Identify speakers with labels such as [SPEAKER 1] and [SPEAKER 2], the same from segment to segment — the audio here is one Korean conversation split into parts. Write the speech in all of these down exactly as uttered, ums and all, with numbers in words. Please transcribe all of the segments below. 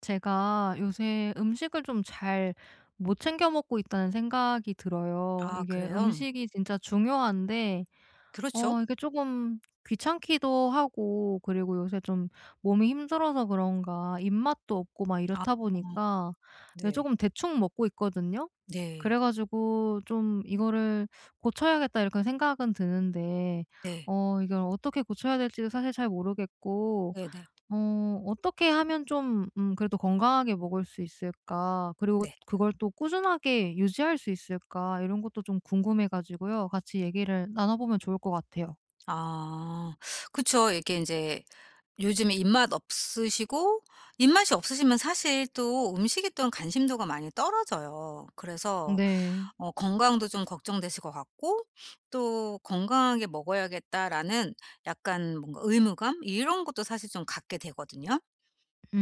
[SPEAKER 1] 제가 요새 음식을 좀 잘 못 챙겨 먹고 있다는 생각이 들어요.
[SPEAKER 2] 아
[SPEAKER 1] 이게
[SPEAKER 2] 그래요?
[SPEAKER 1] 음식이 진짜 중요한데
[SPEAKER 2] 그렇죠.
[SPEAKER 1] 어 이게 조금 귀찮기도 하고, 그리고 요새 좀 몸이 힘들어서 그런가 입맛도 없고 막
[SPEAKER 2] 아, 어,
[SPEAKER 1] 이렇다 보니까 조
[SPEAKER 2] 네.
[SPEAKER 1] 금 대충 먹고 있거든요.
[SPEAKER 2] 네.
[SPEAKER 1] 그래 가지고 좀 '이거를 고쳐야겠다.' 이렇게 생각은 드는데
[SPEAKER 2] 네.
[SPEAKER 1] 어 이걸 어떻게 고쳐야 될지도 사실 잘 모르겠고,
[SPEAKER 2] 네네.
[SPEAKER 1] 어 어떻게 하면 좀 음 그래도 건강하게 먹을 수 있을까? 그리고
[SPEAKER 2] 네.
[SPEAKER 1] 그걸 또 꾸준하게 유지할 수 있을까? 이런 것도 좀 궁금해 가지고요. 같이 얘기를 나눠보면 좋을 것 같아요.
[SPEAKER 2] 아, 그쵸. 이렇게 이제 요즘에 입맛 없으시고, 입맛이 없으시면 사실 또 음식에 또한 관심도가 많이 떨어져요. 그래서
[SPEAKER 1] 네.
[SPEAKER 2] 어 건강도 좀 걱정되실 것 같고, 또 '건강하게 먹어야겠다.'라는 약간 뭔가 의무감, 이런 것도 사실 좀 갖게 되거든요.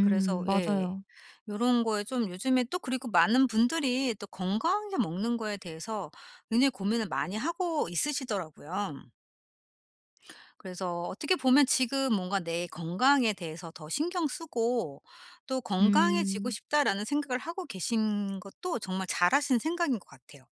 [SPEAKER 2] 그래서 예.
[SPEAKER 1] 맞아요.
[SPEAKER 2] 요런 거에 좀 요즘에, 또 그리고 많은 분들이 또 건강하게 먹는 거에 대해서 굉장히 고민을 많이 하고 있으시더라고요. 그래서 어떻게 보면 지금 뭔가 내 건강에 대해서 더 신경 쓰고, 또 '건강해지고
[SPEAKER 1] 음.
[SPEAKER 2] 싶다.'라는 생각을 하고 계신 것도 정말 잘하신 생각인 것 같아요.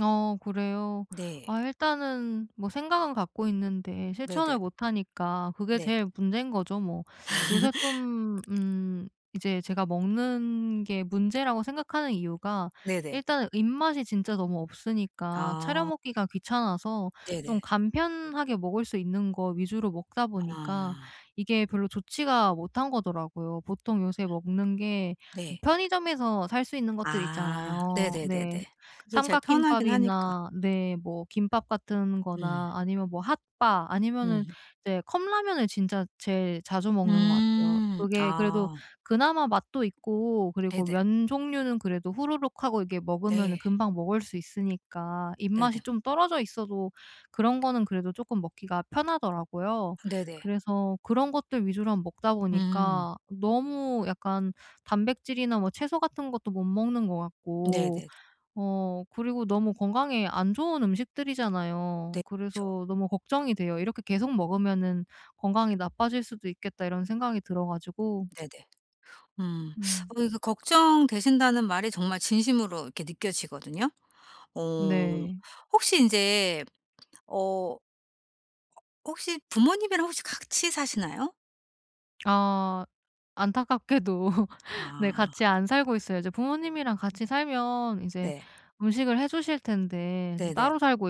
[SPEAKER 1] 어 그래요?
[SPEAKER 2] 네.
[SPEAKER 1] 아, 일단은 뭐 생각은 갖고 있는데
[SPEAKER 2] 네네.
[SPEAKER 1] 실천을 못 하니까 그게
[SPEAKER 2] 네.
[SPEAKER 1] 제일 문제인 거죠 뭐. 요새 좀 음 이제 제가 먹는 게 문제라고 생각하는 이유가,
[SPEAKER 2] 네네.
[SPEAKER 1] 일단은 입맛이 진짜 너무 없으니까 차려
[SPEAKER 2] 아.
[SPEAKER 1] 먹기가 귀찮아서
[SPEAKER 2] 네네.
[SPEAKER 1] 좀 간편하게 먹을 수 있는 거 위주로 먹다 보니까
[SPEAKER 2] 아.
[SPEAKER 1] 이게 별로 좋지가 못한 거더라고요. 보통 요새 먹는 게
[SPEAKER 2] 네.
[SPEAKER 1] 편의점에서 살 수 있는 것들
[SPEAKER 2] 아.
[SPEAKER 1] 있잖아요. 네.
[SPEAKER 2] 네네네네. 그게 제일 편하긴 하니까.
[SPEAKER 1] 삼각김밥이나, 네, 뭐 김밥 같은
[SPEAKER 2] 음.
[SPEAKER 1] 거나 아니면 뭐 핫바 아니면은
[SPEAKER 2] 음.
[SPEAKER 1] 이제 컵라면을 진짜 제일 자주 먹는 것 같아요.
[SPEAKER 2] 음.
[SPEAKER 1] 그게 그래도
[SPEAKER 2] 아.
[SPEAKER 1] 그나마 맛도 있고, 그리고
[SPEAKER 2] 네네.
[SPEAKER 1] 면 종류는 그래도 후루룩 하고 이게 먹으면은
[SPEAKER 2] 네.
[SPEAKER 1] 금방 먹을 수 있으니까, 입맛이
[SPEAKER 2] 네네.
[SPEAKER 1] 좀 떨어져 있어도 그런 거는 그래도 쪼끔 먹기가 편하더라고요.
[SPEAKER 2] 네네.
[SPEAKER 1] 그래서 그런 것들 위주로 한번 먹다
[SPEAKER 2] 음.
[SPEAKER 1] 보니까 너무 약간 단백질이나 뭐 채소 같은 것도 못 먹는 것 같고,
[SPEAKER 2] 네네.
[SPEAKER 1] 어 그리고 너무 건강에 안 좋은
[SPEAKER 2] 네.
[SPEAKER 1] 음식들이잖아요.
[SPEAKER 2] 그쵸.
[SPEAKER 1] 그래서 너무 걱정이 돼요. '이렇게 계속 먹으면은 건강이 나빠질 수도 있겠다.' 이런 생각이 들어 가지고.
[SPEAKER 2] 네네. 음.
[SPEAKER 1] 음.
[SPEAKER 2] 어 이거 걱정되신다는 말이 정말 진심으로 이렇게 느껴지거든요. 어
[SPEAKER 1] 네.
[SPEAKER 2] 혹시 인제 어 혹시 부모님이랑 혹시 같이 사시나요?
[SPEAKER 1] 아, 안타깝게도 네. 같이
[SPEAKER 2] 아.
[SPEAKER 1] 안 살고 있어요. 이제 부모님이랑 같이 살면 이제
[SPEAKER 2] 네.
[SPEAKER 1] 음식을 해 주실 텐데 지금
[SPEAKER 2] 네네.
[SPEAKER 1] 따로 살고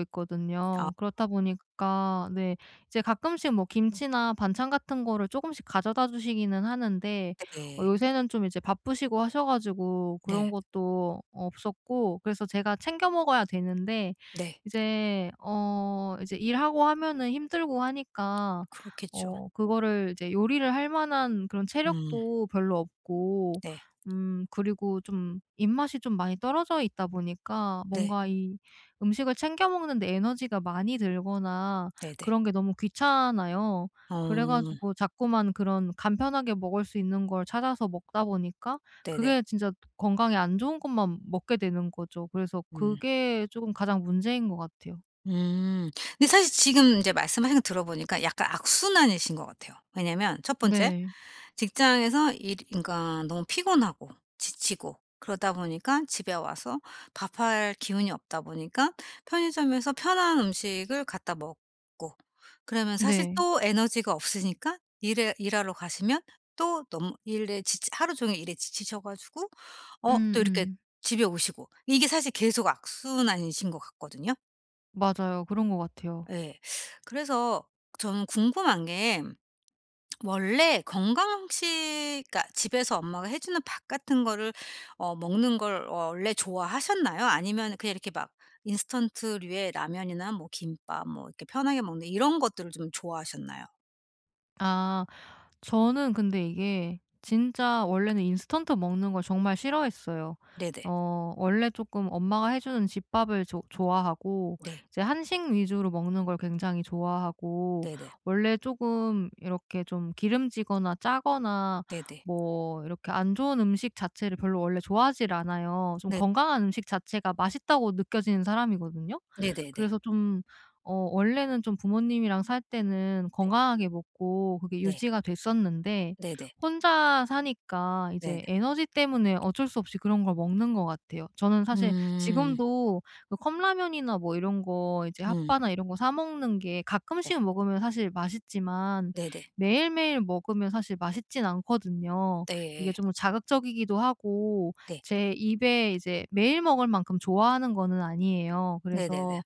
[SPEAKER 2] 아,
[SPEAKER 1] 있거든요. 그렇다 보니까, 네, 이제 가끔씩 뭐 김치나 반찬 같은 거를 조금씩 가져다 주시기는 하는데, 어
[SPEAKER 2] 네.
[SPEAKER 1] 요새는 좀 이제 바쁘시고 하셔 가지고 그런
[SPEAKER 2] 네.
[SPEAKER 1] 것도 없었고, 그래서 제가 챙겨 먹어야 되는데
[SPEAKER 2] 네.
[SPEAKER 1] 이제 어 이제 일하고 하면은 힘들고 하니까,
[SPEAKER 2] 그렇겠죠.
[SPEAKER 1] 어 그거를 이제 요리를 할 만한 그런
[SPEAKER 2] 음.
[SPEAKER 1] 체력도 별로 없고,
[SPEAKER 2] 네.
[SPEAKER 1] 음 그리고 좀 입맛이 좀 많이 떨어져 있다 보니까
[SPEAKER 2] 네.
[SPEAKER 1] 뭔가 이 음식을 챙겨 먹는데 에너지가 많이 들거나
[SPEAKER 2] 네네.
[SPEAKER 1] 그런 게 너무 귀찮아요. 그래
[SPEAKER 2] 어.
[SPEAKER 1] 가지고 자꾸만 그런 간편하게 먹을 수 있는 걸 찾아서 먹다 보니까
[SPEAKER 2] 네네.
[SPEAKER 1] 그게 진짜 건강에 안 좋은 것만 먹게 되는 거죠. 그래서
[SPEAKER 2] 음.
[SPEAKER 1] 그게 조금 가장 문제인 것 같아요.
[SPEAKER 2] 음. 근데 사실 지금 이제 말씀하신 거 들어보니까 약간 악순환이신 것 같아요. 왜냐면 첫 번째,
[SPEAKER 1] 네.
[SPEAKER 2] 직장에서 일 그러니까 너무 피곤하고 지치고, 그러다 보니까 집에 와서 밥할 기운이 없다 보니까 편의점에서 편한 음식을 갖다 먹고, 그러면 사실
[SPEAKER 1] 네.
[SPEAKER 2] 또 에너지가 없으니까 일에 일하러 가시면 또 너무 일에 지치 하루 종일 일에 지치셔 가지고 어 또 이렇게
[SPEAKER 1] 음음.
[SPEAKER 2] 집에 오시고, 이게 사실 계속 악순환이신 것 같거든요.
[SPEAKER 1] 맞아요. 그런 것 같아요.
[SPEAKER 2] 예. 그래서 저는 궁금한 게, 원래 건강 음식, 그러니까 집에서 엄마가 해 주는 밥 같은 거를 어 먹는 걸 원래 좋아하셨나요? 아니면 그냥 이렇게 막 인스턴트류의 라면이나 뭐 김밥, 뭐 이렇게 편하게 먹는 이런 것들을 좀 좋아하셨나요?
[SPEAKER 1] 아. 저는 근데 이게 진짜 원래는 인스턴트 먹는 걸 정말 싫어했어요.
[SPEAKER 2] 네네.
[SPEAKER 1] 어 원래 조금 엄마가 해 주는 집밥을 조 좋아하고,
[SPEAKER 2] 네.
[SPEAKER 1] 이제 한식 위주로 먹는 걸 굉장히 좋아하고,
[SPEAKER 2] 네네.
[SPEAKER 1] 원래 조금 이렇게 좀 기름지거나 짜거나
[SPEAKER 2] 네네.
[SPEAKER 1] 뭐 이렇게 안 좋은 음식 자체를 별로 원래 좋아하질 않아요. 좀
[SPEAKER 2] 네.
[SPEAKER 1] 건강한 음식 자체가 맛있다고 느껴지는 사람이거든요.
[SPEAKER 2] 네네네.
[SPEAKER 1] 그래서 좀 어 원래는 좀 부모님이랑 살 때는
[SPEAKER 2] 네.
[SPEAKER 1] 건강하게 먹고 그게
[SPEAKER 2] 네.
[SPEAKER 1] 유지가 됐었는데,
[SPEAKER 2] 네네.
[SPEAKER 1] 혼자 사니까
[SPEAKER 2] 네네.
[SPEAKER 1] 이제 에너지 때문에 어쩔 수 없이 그런 걸 먹는 것 같아요. 저는 사실
[SPEAKER 2] 음.
[SPEAKER 1] 지금도 그 컵라면이나 뭐 이런 거 이제
[SPEAKER 2] 음.
[SPEAKER 1] 핫바나 이런 거 사 먹는 게
[SPEAKER 2] 네.
[SPEAKER 1] 가끔씩 먹으면 사실 맛있지만,
[SPEAKER 2] 네네.
[SPEAKER 1] 매일매일 먹으면 사실 맛있진 않거든요. 이게
[SPEAKER 2] 네.
[SPEAKER 1] 좀 자극적이기도 하고,
[SPEAKER 2] 네.
[SPEAKER 1] 제 입에 이제 매일 먹을 만큼 좋아하는 거는 아니에요.
[SPEAKER 2] 네네네.
[SPEAKER 1] 그래서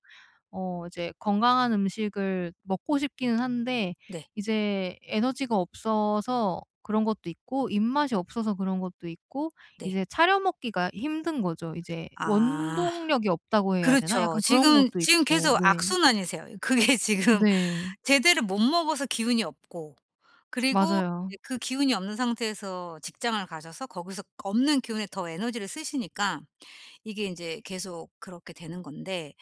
[SPEAKER 1] 어 이제 건강한 음식을 먹고 싶기는 한데,
[SPEAKER 2] 네.
[SPEAKER 1] 이제 에너지가 없어서 그런 것도 있고 입맛이 없어서 그런 것도 있고,
[SPEAKER 2] 네.
[SPEAKER 1] 이제 차려 먹기가 힘든 거죠. 이제
[SPEAKER 2] 아.
[SPEAKER 1] 원동력이 없다고 해야 되나? 음.
[SPEAKER 2] 그렇죠.
[SPEAKER 1] 약간 그런
[SPEAKER 2] 지금
[SPEAKER 1] 것도
[SPEAKER 2] 지금
[SPEAKER 1] 있고.
[SPEAKER 2] 계속
[SPEAKER 1] 네.
[SPEAKER 2] 악순환이세요. 그게 지금
[SPEAKER 1] 네.
[SPEAKER 2] 제대로 못 먹어서 기운이 없고, 그리고
[SPEAKER 1] 맞아요.
[SPEAKER 2] 이제 그 기운이 없는 상태에서 직장을 가셔서 거기서 없는 기운에 더 에너지를 쓰시니까 이게 인제 계속 그렇게 되는 건데,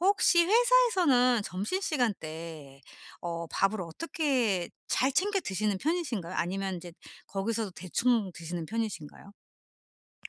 [SPEAKER 2] 혹시 회사에서는 점심시간 때 어 밥을 어떻게 잘 챙겨 드시는 편이신가요? 아니면 인제 거기서도 대충 드시는 편이신가요?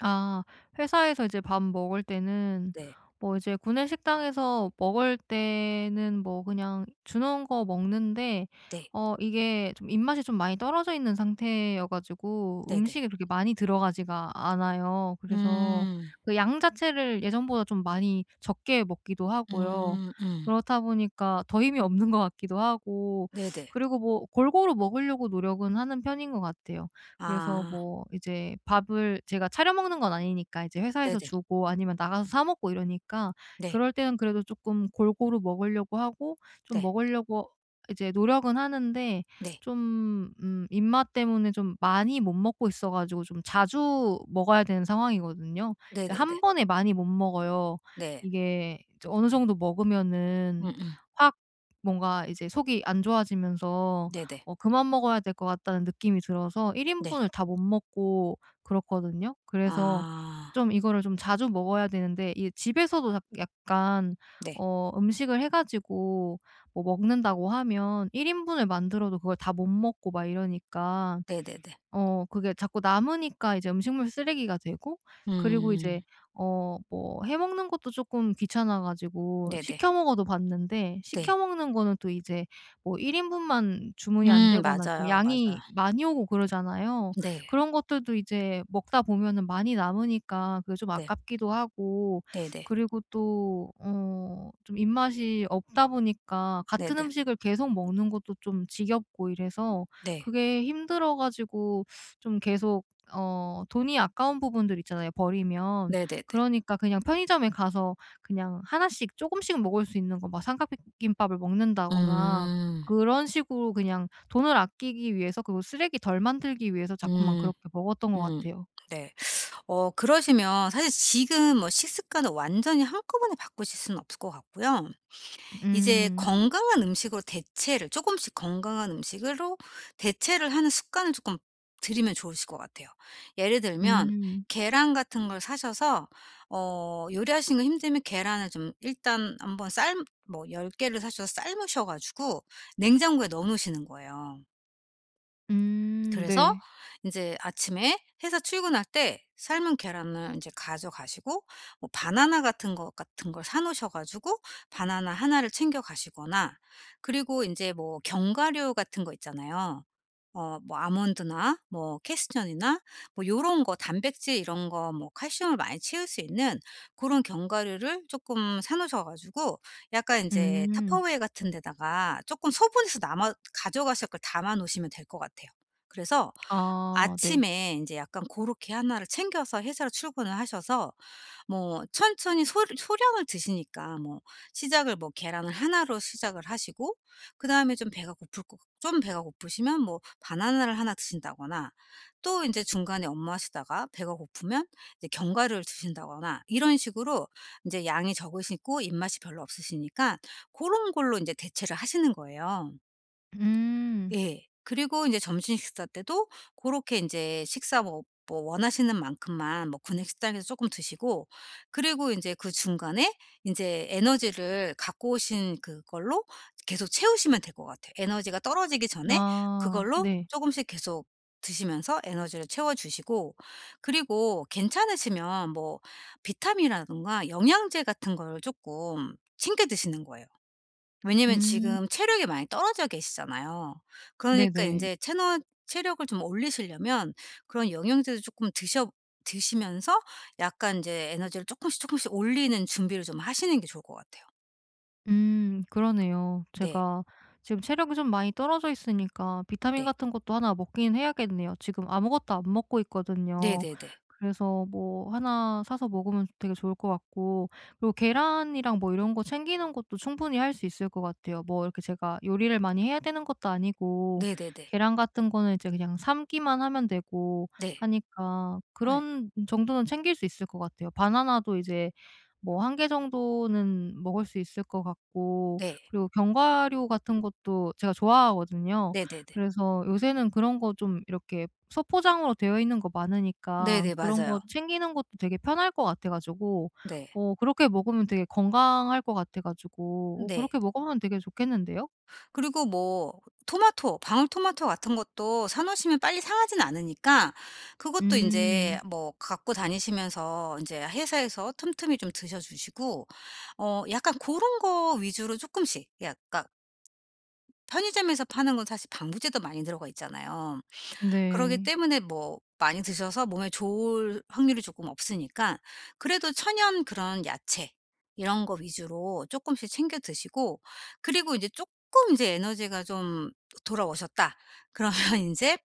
[SPEAKER 1] 아, 회사에서 이제 밥 먹을 때는,
[SPEAKER 2] 네.
[SPEAKER 1] 뭐 이제 구내식당에서 먹을 때는 뭐 그냥 주는 거 먹는데,
[SPEAKER 2] 네.
[SPEAKER 1] 어 이게 좀 입맛이 좀 많이 떨어져 있는 상태여 가지고
[SPEAKER 2] 네네.
[SPEAKER 1] 음식이 그렇게 많이 들어가지가 않아요. 그래서
[SPEAKER 2] 음.
[SPEAKER 1] 그 양 자체를 예전보다 좀 많이 적게 먹기도 하고요.
[SPEAKER 2] 음 음.
[SPEAKER 1] 그렇다 보니까 더 힘이 없는 것 같기도 하고,
[SPEAKER 2] 네네.
[SPEAKER 1] 그리고 뭐 골고루 먹으려고 노력은 하는 편인 것 같아요. 그래서
[SPEAKER 2] 아,
[SPEAKER 1] 뭐 이제 밥을 제가 차려 먹는 건 아니니까 이제 회사에서
[SPEAKER 2] 네네.
[SPEAKER 1] 주고 아니면 나가서 사 먹고 이러니까,
[SPEAKER 2] 네.
[SPEAKER 1] 그럴 때는 그래도 조금 골고루 먹으려고 하고 좀
[SPEAKER 2] 네.
[SPEAKER 1] 먹으려고 이제 노력은 하는데,
[SPEAKER 2] 네.
[SPEAKER 1] 좀 음 입맛 때문에 좀 많이 못 먹고 있어 가지고 좀 자주 먹어야 되는 상황이거든요. 이제
[SPEAKER 2] 네네네.
[SPEAKER 1] 한 번에 많이 못 먹어요.
[SPEAKER 2] 네.
[SPEAKER 1] 이게 이제 어느 정도 먹으면은
[SPEAKER 2] 음음.
[SPEAKER 1] 확 뭔가 이제 속이 안 좋아지면서
[SPEAKER 2] 네네.
[SPEAKER 1] 어 그만 먹어야 될 것 같다는 느낌이 들어서 일
[SPEAKER 2] 네.
[SPEAKER 1] 인분을 다 못 먹고 그렇거든요. 그래서
[SPEAKER 2] 아,
[SPEAKER 1] 좀 이거를 좀 자주 먹어야 되는데, 이 집에서도 약 약간
[SPEAKER 2] 네.
[SPEAKER 1] 어 음식을 해 가지고 뭐 먹는다고 하면 일 인분을 만들어도 그걸 다 못 먹고 막 이러니까,
[SPEAKER 2] 네네네.
[SPEAKER 1] 어 그게 자꾸 남으니까 이제 음식물 쓰레기가 되고, 그리고 이제
[SPEAKER 2] 음
[SPEAKER 1] 어 뭐 해 먹는 것도 쪼끔 귀찮아 가지고
[SPEAKER 2] 네네.
[SPEAKER 1] 시켜 먹어도 봤는데, 시켜
[SPEAKER 2] 네.
[SPEAKER 1] 먹는 거는 또 이제 뭐 일 인분만 주문이 안
[SPEAKER 2] 음
[SPEAKER 1] 되거나 좀
[SPEAKER 2] 맞아요, 맞아요.
[SPEAKER 1] 양이 많이 오고 그러잖아요.
[SPEAKER 2] 네.
[SPEAKER 1] 그런 것들도 이제 먹다 보면은 많이 남으니까 그게 좀
[SPEAKER 2] 네.
[SPEAKER 1] 아깝기도 하고,
[SPEAKER 2] 네네.
[SPEAKER 1] 그리고 또 어 좀 입맛이 없다 보니까 같은
[SPEAKER 2] 네네.
[SPEAKER 1] 음식을 계속 먹는 것도 좀 지겹고 이래서
[SPEAKER 2] 네.
[SPEAKER 1] 그게 힘들어 가지고, 좀 계속 어 돈이 아까운 부분들 있잖아요, 버리면.
[SPEAKER 2] 네네네.
[SPEAKER 1] 그러니까 그냥 편의점에 가서 그냥 하나씩 조금씩 먹을 수 있는 거 막 삼각김밥을 먹는다거나,
[SPEAKER 2] 음.
[SPEAKER 1] 그런 식으로 그냥 돈을 아끼기 위해서 그리고 쓰레기 덜 만들기 위해서 자꾸만
[SPEAKER 2] 음.
[SPEAKER 1] 그렇게 먹었던 것
[SPEAKER 2] 음.
[SPEAKER 1] 같아요.
[SPEAKER 2] 네. 어 그러시면 사실 지금 뭐 식습관을 완전히 한꺼번에 바꾸실 수는 없을 것 같고요. 이제
[SPEAKER 1] 음.
[SPEAKER 2] 건강한 음식으로 대체를 조금씩 건강한 음식으로 대체를 하는 습관을 조금 들이면 좋으실 것 같아요. 예를 들면
[SPEAKER 1] 음.
[SPEAKER 2] 계란 같은 걸 사셔서 어 요리하시는 거 힘들면 계란을 좀 일단 한번 삶 뭐 10 개를 사셔서 삶으셔 가지고 냉장고에 넣어 놓으시는 거예요.
[SPEAKER 1] 음,
[SPEAKER 2] 그래서
[SPEAKER 1] 네.
[SPEAKER 2] 이제 아침에 회사 출근할 때 삶은 계란을 이제 가져가시고, 뭐 바나나 같은 거 같은 걸 사 놓으셔 가지고 바나나 하나를 챙겨 가시거나, 그리고 이제 뭐 견과류 같은 거 있잖아요. 어 뭐 아몬드나 뭐 캐스천이나 뭐 요런 거, 단백질 이런 거, 뭐 칼슘을 많이 채울 수 있는 그런 견과류를 조금 사 놓으셔 가지고 약간 이제
[SPEAKER 1] 음.
[SPEAKER 2] 타파웨이 같은 데다가 조금 소분해서 남아 가져가실 걸 담아 놓으시면 될 것 같아요. 그래서
[SPEAKER 1] 아, 네.
[SPEAKER 2] 아침에 이제 약간 고렇게 나를 챙겨서 회사로 출근을 하셔서, 뭐 천천히 소 소량을 드시니까 뭐 시작을 뭐 계란을 하나로 시작을 하시고, 그다음에 좀 배가 고플 것 좀 배가 고프시면 뭐 바나나를 하나 드신다거나, 또 이제 중간에 업무하시다가 배가 고프면 이제 견과류를 드신다거나, 이런 식으로 이제 양이 적으시고 입맛이 별로 없으시니까 그런 걸로 이제 대체를 하시는 거예요.
[SPEAKER 1] 음.
[SPEAKER 2] 예. 그리고 인제 점심 식사 때도 고렇게 인제 식사 뭐 뭐 원하시는 만큼만 뭐 구내 식당에서 쪼끔 드시고, 그리고 인제 그 중간에 인제 에너지를 갖고 오신 그걸로 계속 채우시면 될 것 같아요. 에너지가 떨어지기 전에
[SPEAKER 1] 아,
[SPEAKER 2] 그걸로
[SPEAKER 1] 네.
[SPEAKER 2] 쪼금씩 계속 드시면서 에너지를 채워 주시고, 그리고 괜찮으시면 뭐 비타민이라든가 영양제 같은 걸 쪼끔 챙겨 드시는 거예요. 왜냐면
[SPEAKER 1] 음.
[SPEAKER 2] 지금 체력이 많이 떨어져 계시잖아요. 그러니까
[SPEAKER 1] 네네.
[SPEAKER 2] 인제 체너 체력을 좀 올리시려면 그런 영양제도 쪼끔 드셔 드시면서 약간 인제 에너지를 쪼끔씩, 쪼끔씩 올리는 준비를 좀 하시는 게 좋을 것 같아요.
[SPEAKER 1] 음 그러네요.
[SPEAKER 2] 네.
[SPEAKER 1] 제가 지금 체력이 좀 많이 떨어져 있으니까 비타민
[SPEAKER 2] 네.
[SPEAKER 1] 같은 것도 하나 먹긴 해야겠네요. 지금 아무것도 안 먹고 있거든요.
[SPEAKER 2] 네네네.
[SPEAKER 1] 그래서 뭐 하나 사서 먹으면 되게 좋을 것 같고, 그리고 계란이랑 뭐 이런 거 챙기는 것도 충분히 할 수 있을 것 같아요. 뭐 이렇게 제가 요리를 많이 해야 되는 것도 아니고,
[SPEAKER 2] 네네네.
[SPEAKER 1] 계란 같은 거는 이제 그냥 삶기만 하면 되고
[SPEAKER 2] 네.
[SPEAKER 1] 하니까
[SPEAKER 2] 어, 예.
[SPEAKER 1] 그런 정도는 챙길 수 있을 것 같아요. 바나나도 이제 뭐 한 개 정도는 먹을 수 있을 것 같고,
[SPEAKER 2] 네.
[SPEAKER 1] 그리고 견과류 같은 것도 제가 좋아하거든요.
[SPEAKER 2] 네네네.
[SPEAKER 1] 그래서 요새는 그런 거 좀 이렇게 소포장으로 되어 있는 거 많으니까
[SPEAKER 2] 네네.
[SPEAKER 1] 그런
[SPEAKER 2] 맞아요.
[SPEAKER 1] 거 챙기는 것도 되게 편할 것 같아 가지고,
[SPEAKER 2] 네.
[SPEAKER 1] 어 그렇게 먹으면 되게 건강할 것 같아 가지고 어
[SPEAKER 2] 네.
[SPEAKER 1] 그렇게 먹으면 되게 좋겠는데요?
[SPEAKER 2] 그리고 뭐 토마토, 방울토마토 같은 것도 사 놓으시면 빨리 상하진 않으니까 그것도 이제
[SPEAKER 1] 음.
[SPEAKER 2] 뭐 갖고 다니시면서 이제 회사에서 틈틈이 좀 드셔 주시고, 어 약간 고런 거 위주로 조금씩. 약간 편의점에서 파는 건 사실 방부제도 많이 들어가 있잖아요. 그러기
[SPEAKER 1] 네.
[SPEAKER 2] 때문에 뭐 많이 드셔서 몸에 좋을 확률이 조금 없으니까 그래도 천연 그런 야채 이런 거 위주로 조금씩 챙겨 드시고, 그리고 이제 조금 이제 에너지가 좀 돌아오셨다. 그러면 이제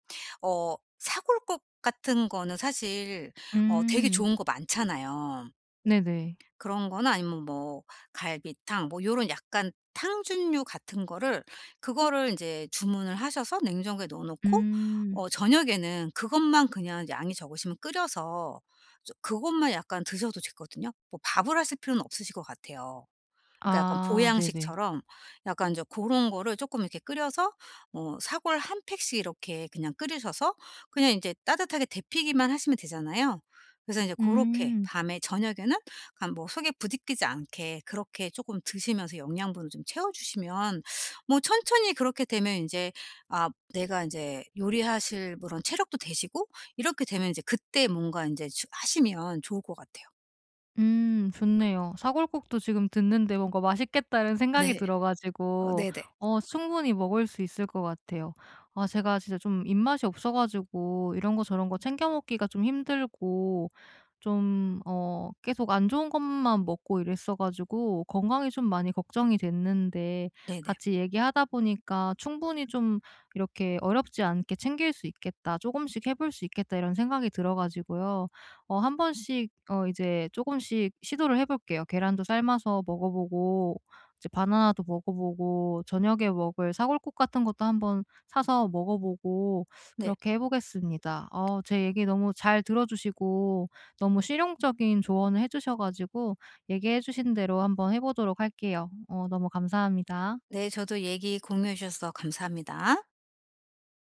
[SPEAKER 2] 어 사골국 같은 거는 사실 어 되게
[SPEAKER 1] 음.
[SPEAKER 2] 좋은 거 많잖아요.
[SPEAKER 1] 네네.
[SPEAKER 2] 그런 거나 아니면 뭐 갈비탕, 뭐 요런 약간 탕준류 같은 거를 그거를 인제 주문을 하셔서 냉장고에 넣어 놓고,
[SPEAKER 1] 음.
[SPEAKER 2] 어 저녁에는 그것만, 그냥 양이 적으시면 끓여서 좀 그것만 약간 드셔도 되거든요. 뭐 밥을 하실 필요는 없으실 것 같아요. 그러니까 약간
[SPEAKER 1] 아, 네네.
[SPEAKER 2] 보양식처럼, 약간 이제 그런 거를 쪼끔 이렇게 끓여서 뭐 사골 한 팩씩 이렇게 그냥 끓이셔서 그냥 인제 따뜻하게 데피기만 하시면 되잖아요. 그래서 인제 고렇게
[SPEAKER 1] 음.
[SPEAKER 2] 밤에 저녁에는 약간 뭐 속에 부딪히지 않게 그렇게 쪼끔 드시면서 영양분을 좀 채워 주시면, 뭐 천천히 그렇게 되면 인제, 아, 내가 인제 요리하실 그런 체력도 되시고 이렇게 되면, 이제 그때 뭔가 인제 주 하시면 좋을 것 같아요.
[SPEAKER 1] 음 좋네요. 사골국도 지금 듣는데 뭔가 맛있겠다는 생각이
[SPEAKER 2] 네.
[SPEAKER 1] 들어
[SPEAKER 2] 어
[SPEAKER 1] 가지고
[SPEAKER 2] 네네.
[SPEAKER 1] 어 충분히 먹을 수 있을 것 같아요. 아, 제가 진짜 좀 입맛이 없어 가지고 이런 거 저런 거 챙겨 먹기가 좀 힘들고, 좀 어 계속 안 좋은 것만 먹고 이랬어 가지고 건강이 좀 많이 걱정이 됐는데,
[SPEAKER 2] 네네.
[SPEAKER 1] 같이 얘기하다 보니까 '충분히 좀 이렇게 어렵지 않게 챙길 수 있겠다. 조금씩 해볼 수 있겠다.' 이런 생각이 들어 가지고요. 어 한 번씩 어 이제 조금씩 시도를 해 볼게요. 계란도 삶아서 먹어 보고 이제 바나나도 먹어 보고 저녁에 먹을 사골국 같은 것도 한번 사서 먹어 보고
[SPEAKER 2] 네.
[SPEAKER 1] 그렇게 해 보겠습니다. 어 제 얘기 너무 잘 들어 주시고 너무 실용적인 조언을 해 주셔 가지고 얘기해 주신 대로 한번 해 보도록 할게요. 어 너무 감사합니다.
[SPEAKER 2] 네, 저도 얘기 공유해 주셔서 감사합니다.